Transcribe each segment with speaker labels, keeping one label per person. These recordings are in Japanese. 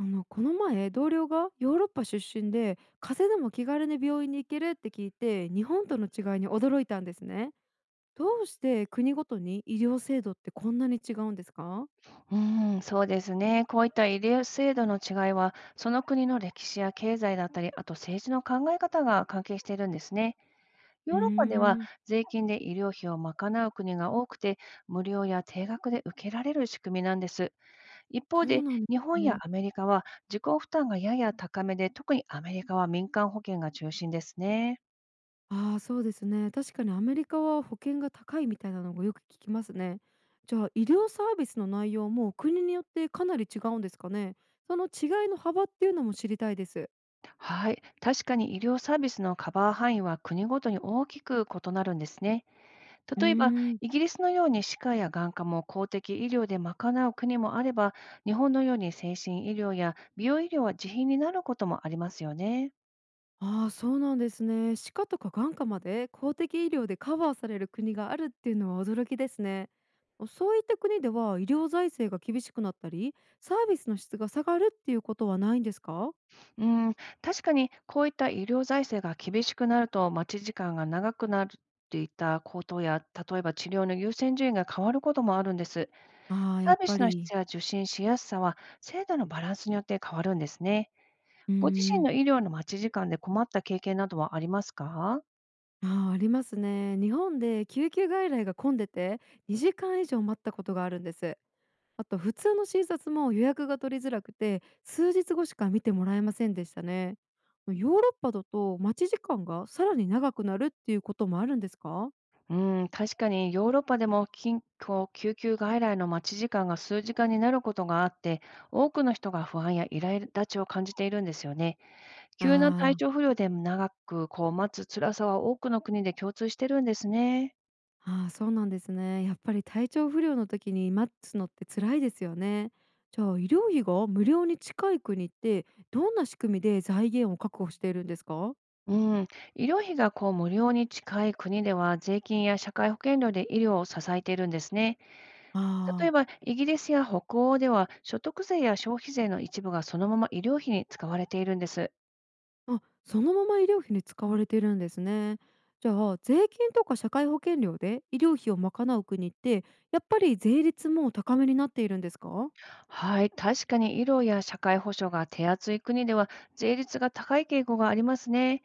Speaker 1: この前同僚がヨーロッパ出身で風邪でも気軽に病院に行けるって聞いて日本との違いに驚いたんですね。どうして国ごとに医療制度ってこんなに違うんですか？
Speaker 2: うん、そうですね。こういった医療制度の違いは、その国の歴史や経済だったり、あと政治の考え方が関係しているんですね。
Speaker 1: う
Speaker 2: ヨ
Speaker 1: ー
Speaker 2: ーロッパでは
Speaker 1: ん、
Speaker 2: 税金で医療費を賄う国が多くて、無料や定額で受けられる仕組みなんです。一方
Speaker 1: そう
Speaker 2: で、
Speaker 1: なんで
Speaker 2: 日
Speaker 1: す
Speaker 2: 本や
Speaker 1: ね。
Speaker 2: アメリカは自己負担がやや高めで、特にアメリカは民間保険が中心ですね。
Speaker 1: ああ、そうですね。確かにアメリカは保険が高いみたいなのがよく聞きますね。じゃあ医療サービスの内容も国によってかなり違うんですかね。その違いの幅っていうのも知りたいです。
Speaker 2: はい、確かに医療サービスのカバー範囲は国ごとに大きく異なるんですね。
Speaker 1: うー
Speaker 2: 例えば、
Speaker 1: ん。
Speaker 2: イギリスのように歯科や眼科も公的医療で賄う国もあれば、日本のように精神医療や美容医療は自費になることもありますよね。
Speaker 1: ああ、そうなんですね。歯科とか眼科まで公的医療でカバーされる国があるっていうのは驚きですね。そういった国では医療財政が厳しくなったり、サービスの質が下がるっていうことはないんですか？
Speaker 2: うん、確かにこういった医療財政が厳しくなると、待ち時間が長くなるっていった高騰や、例えば治療の優先順位が変わることもあるんです。
Speaker 1: ああ、や
Speaker 2: サー
Speaker 1: っ
Speaker 2: ビ
Speaker 1: ぱ
Speaker 2: スの
Speaker 1: り。
Speaker 2: 質や受診しやすさは、制度のバランスによって変わるんですね。
Speaker 1: うー
Speaker 2: ご自身
Speaker 1: ん。
Speaker 2: の医療の待ち時間で困った経験などはありますか？
Speaker 1: ああ、ありますね。日本で救急外来が混んでて2時間以上待ったことがあるんです。あと普通の診察も予約が取りづらくて数日後しか見てもらえませんでしたね。ヨーロッパだと待ち時間がさらに長くなるっていうこともあるんですか？
Speaker 2: うん、確かにヨーロッパでも緊急救急外来の待ち時間が数時間になることがあって、多くの人が不安や苛立ちを感じているんですよね。
Speaker 1: あ
Speaker 2: 急な体調
Speaker 1: ー。
Speaker 2: 不良で長く待つ辛さは多くの国で共通してるんですね。
Speaker 1: あーそうなんですね。やっぱり体調不良の時に待つのって辛いですよね。じゃあ医療費が無料に近い国ってどんな仕組みで財源を確保しているんですか？
Speaker 2: うん、医療費が無料に近い国では税金や社会保険料で医療を支えているんですね。例え
Speaker 1: ああ
Speaker 2: ば
Speaker 1: ー。
Speaker 2: イギリスや北欧では所得税や消費税の一部がそのまま医療費に使われているんです。
Speaker 1: あ、そのまま医療費に使われているんですね。じゃあ税金とか社会保険料で医療費を賄う国って、やっぱり税率も高めになっているんですか？
Speaker 2: はい、確かに医療や社会保障が手厚い国では税率が高い傾向がありますね。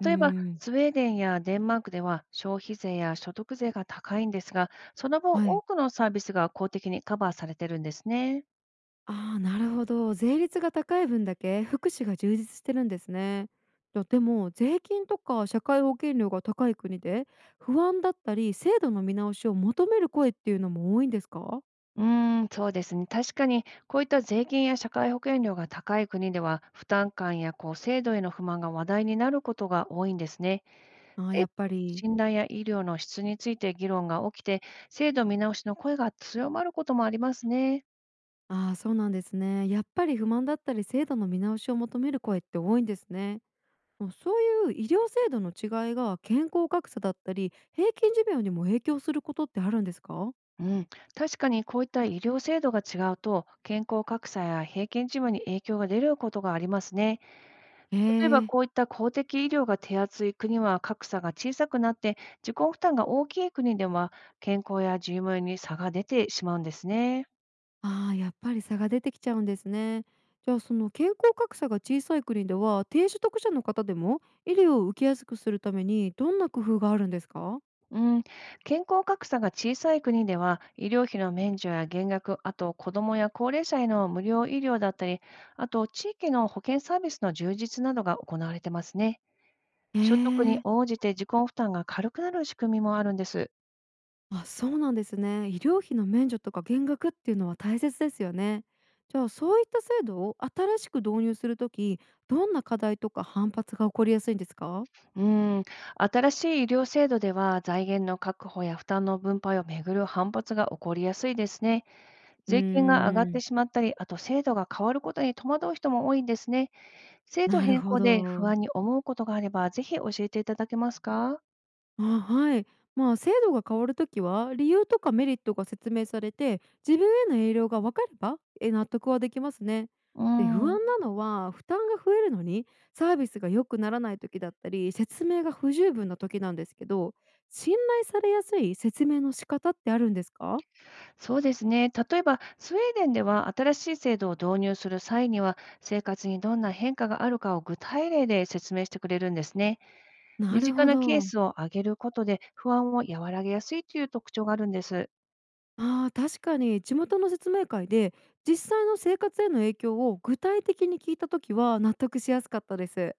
Speaker 1: うー
Speaker 2: 例えば、
Speaker 1: ん。
Speaker 2: スウェーデンやデンマークでは消費税や所得税が高いんですが、その分
Speaker 1: は
Speaker 2: 多
Speaker 1: い。
Speaker 2: くのサービスが公的にカバーされてるんですね。
Speaker 1: ああ、なるほど。税率が高い分だけ福祉が充実してるんですね。じゃあでも税金とか社会保険料が高い国で、不安だったり制度の見直しを求める声っていうのも多いんですか？
Speaker 2: うーん、そうですね。確かに、こういった税金や社会保険料が高い国では、負担感や制度への不満が話題になることが多いんですね。
Speaker 1: ああー、
Speaker 2: 制度への
Speaker 1: やっぱり。
Speaker 2: 信頼や医療の質について議論が起きて、制度見直しの声が強まることもありますね。
Speaker 1: ああ、そうなんですね。やっぱり不満だったり制度の見直しを求める声って多いんですね。もうそういう医療制度の違いが健康格差だったり平均寿命にも影響することってあるんですか？
Speaker 2: うん、確かにこういった医療制度が違うと、健康格差や平均事務に影響が出ることがありますね。
Speaker 1: へ
Speaker 2: 例えば
Speaker 1: え。
Speaker 2: こういった公的医療が手厚い国は格差が小さくなって、自己負担が大きい国では健康や寿命に差が出てしまうんですね。
Speaker 1: ああ、やっぱり差が出てきちゃうんですね。じゃあその健康格差が小さい国では低所得者の方でも、医療を受けやすくするためにどんな工夫があるんですか？
Speaker 2: うん、健康格差が小さい国では、医療費の免除や減額、あと子どもや高齢者への無料医療だったり、あと地域の保健サービスの充実などが行われてますね。
Speaker 1: へ
Speaker 2: 所得に
Speaker 1: え。
Speaker 2: 応じて自己負担が軽くなる仕組みもあるんです。
Speaker 1: あ、そうなんですね。医療費の免除とか減額っていうのは大切ですよね。じゃあそういった制度を新しく導入するとき、どんな課題とか反発が起こりやすいんですか？
Speaker 2: うん、新しい医療制度では財源の確保や負担の分配をめぐる反発が起こりやすいですね。
Speaker 1: うー
Speaker 2: 税金が上がっ
Speaker 1: ん、
Speaker 2: てしまったり、あと制度が変わることに戸惑う人も多いんですね。制度
Speaker 1: なる
Speaker 2: 変
Speaker 1: ほ
Speaker 2: 更で不
Speaker 1: ど。
Speaker 2: 安に思うことがあれば、ぜひ教えていただけますか？
Speaker 1: あ、はい。まあ、制度が変わるときは、理由とかメリットが説明されて、自分への影響が分かれば、納得はできますね。
Speaker 2: う
Speaker 1: で、不
Speaker 2: ん、
Speaker 1: 安なのは、負担が増えるのに、サービスが良くならないときだったり、説明が不十分なときなんですけど、信頼されやすい説明の仕方ってあるんですか？
Speaker 2: そうですね。例えば、スウェーデンでは新しい制度を導入する際には、生活にどんな変化があるかを具体例で説明してくれるんですね。
Speaker 1: な
Speaker 2: 身
Speaker 1: る
Speaker 2: 近
Speaker 1: ほ
Speaker 2: なケー
Speaker 1: ど。
Speaker 2: スを挙げることで、不安を和らげやすいという特徴があるんです。
Speaker 1: ああ、確かに地元の説明会で、実際の生活への影響を具体的に聞いたときは納得しやすかったです。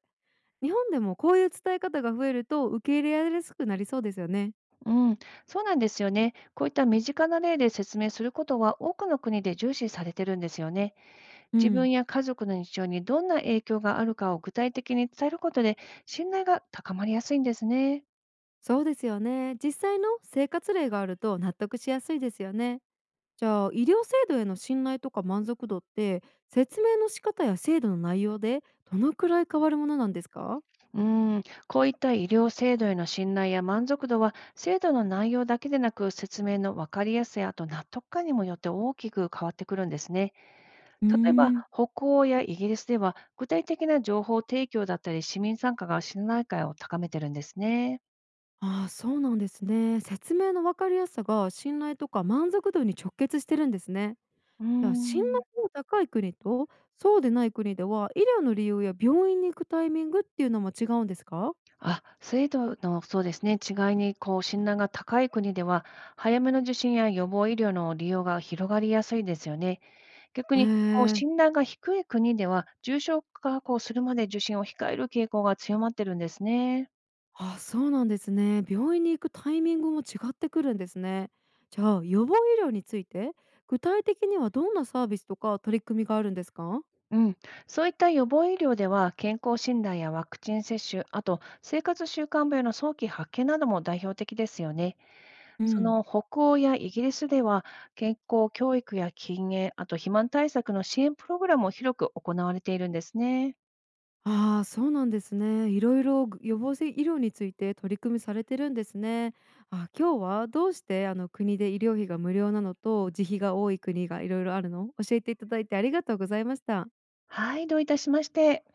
Speaker 1: 日本でもこういう伝え方が増えると受け入れやすくなりそうですよね。
Speaker 2: うん、そうなんですよね。こういった身近な例で説明することは、多くの国で重視されてるんですよね。
Speaker 1: う
Speaker 2: 自
Speaker 1: ん、
Speaker 2: 分や家族の日常にどんな影響があるかを具体的に伝えることで、信頼が高まりやすいんですね。
Speaker 1: そうですよね。実際の生活例があると納得しやすいですよね。じゃあ医療制度への信頼とか満足度って、説明の仕方や制度の内容でどのくらい変わるものなんですか？
Speaker 2: うん、こういった医療制度への信頼や満足度は、制度の内容だけでなく、説明の分かりやすさ、あと納得感にもよって大きく変わってくるんですね。
Speaker 1: うー
Speaker 2: 例えば、
Speaker 1: ん。
Speaker 2: 北欧やイギリスでは、具体的な情報提供だったり、市民参加が信頼感を高めてるんですね。
Speaker 1: ああーそうなんですね。説明の分かりやすさが信頼とか満足度に直結してるんですね。
Speaker 2: う
Speaker 1: じゃあ、進
Speaker 2: ん、
Speaker 1: 学の高い国とそうでない国では、医療の理由や病院に行くタイミングっていうのも違うんですか？
Speaker 2: あ、制度の、そうですね、違いに診断が高い国では、早めの受診や予防医療の利用が広がりやすいですよね。逆
Speaker 1: え
Speaker 2: に
Speaker 1: え。
Speaker 2: 診断が低い国では、重症化するまで受診を控える傾向が強まってるんですね。
Speaker 1: あ、そうなんですね。病院に行くタイミングも違ってくるんですね。じゃあ、予防医療について、具体的にはどんなサービスとか取り組みがあるんですか？
Speaker 2: うん、そういった予防医療では、健康診断やワクチン接種、あと生活習慣病の早期発見なども代表的ですよね。
Speaker 1: う
Speaker 2: そ
Speaker 1: ん。
Speaker 2: の北欧やイギリスでは、健康教育や禁煙、あと肥満対策の支援プログラムを広く行われているんですね。
Speaker 1: ああ、そうなんですね。いろいろ予防性医療について取り組みされてるんですね。あ、今日はどうしてあの国で医療費が無料なのと自費が多い国がいろいろあるのを教えていただいてありがとうございました。
Speaker 2: はい、どういたしまして。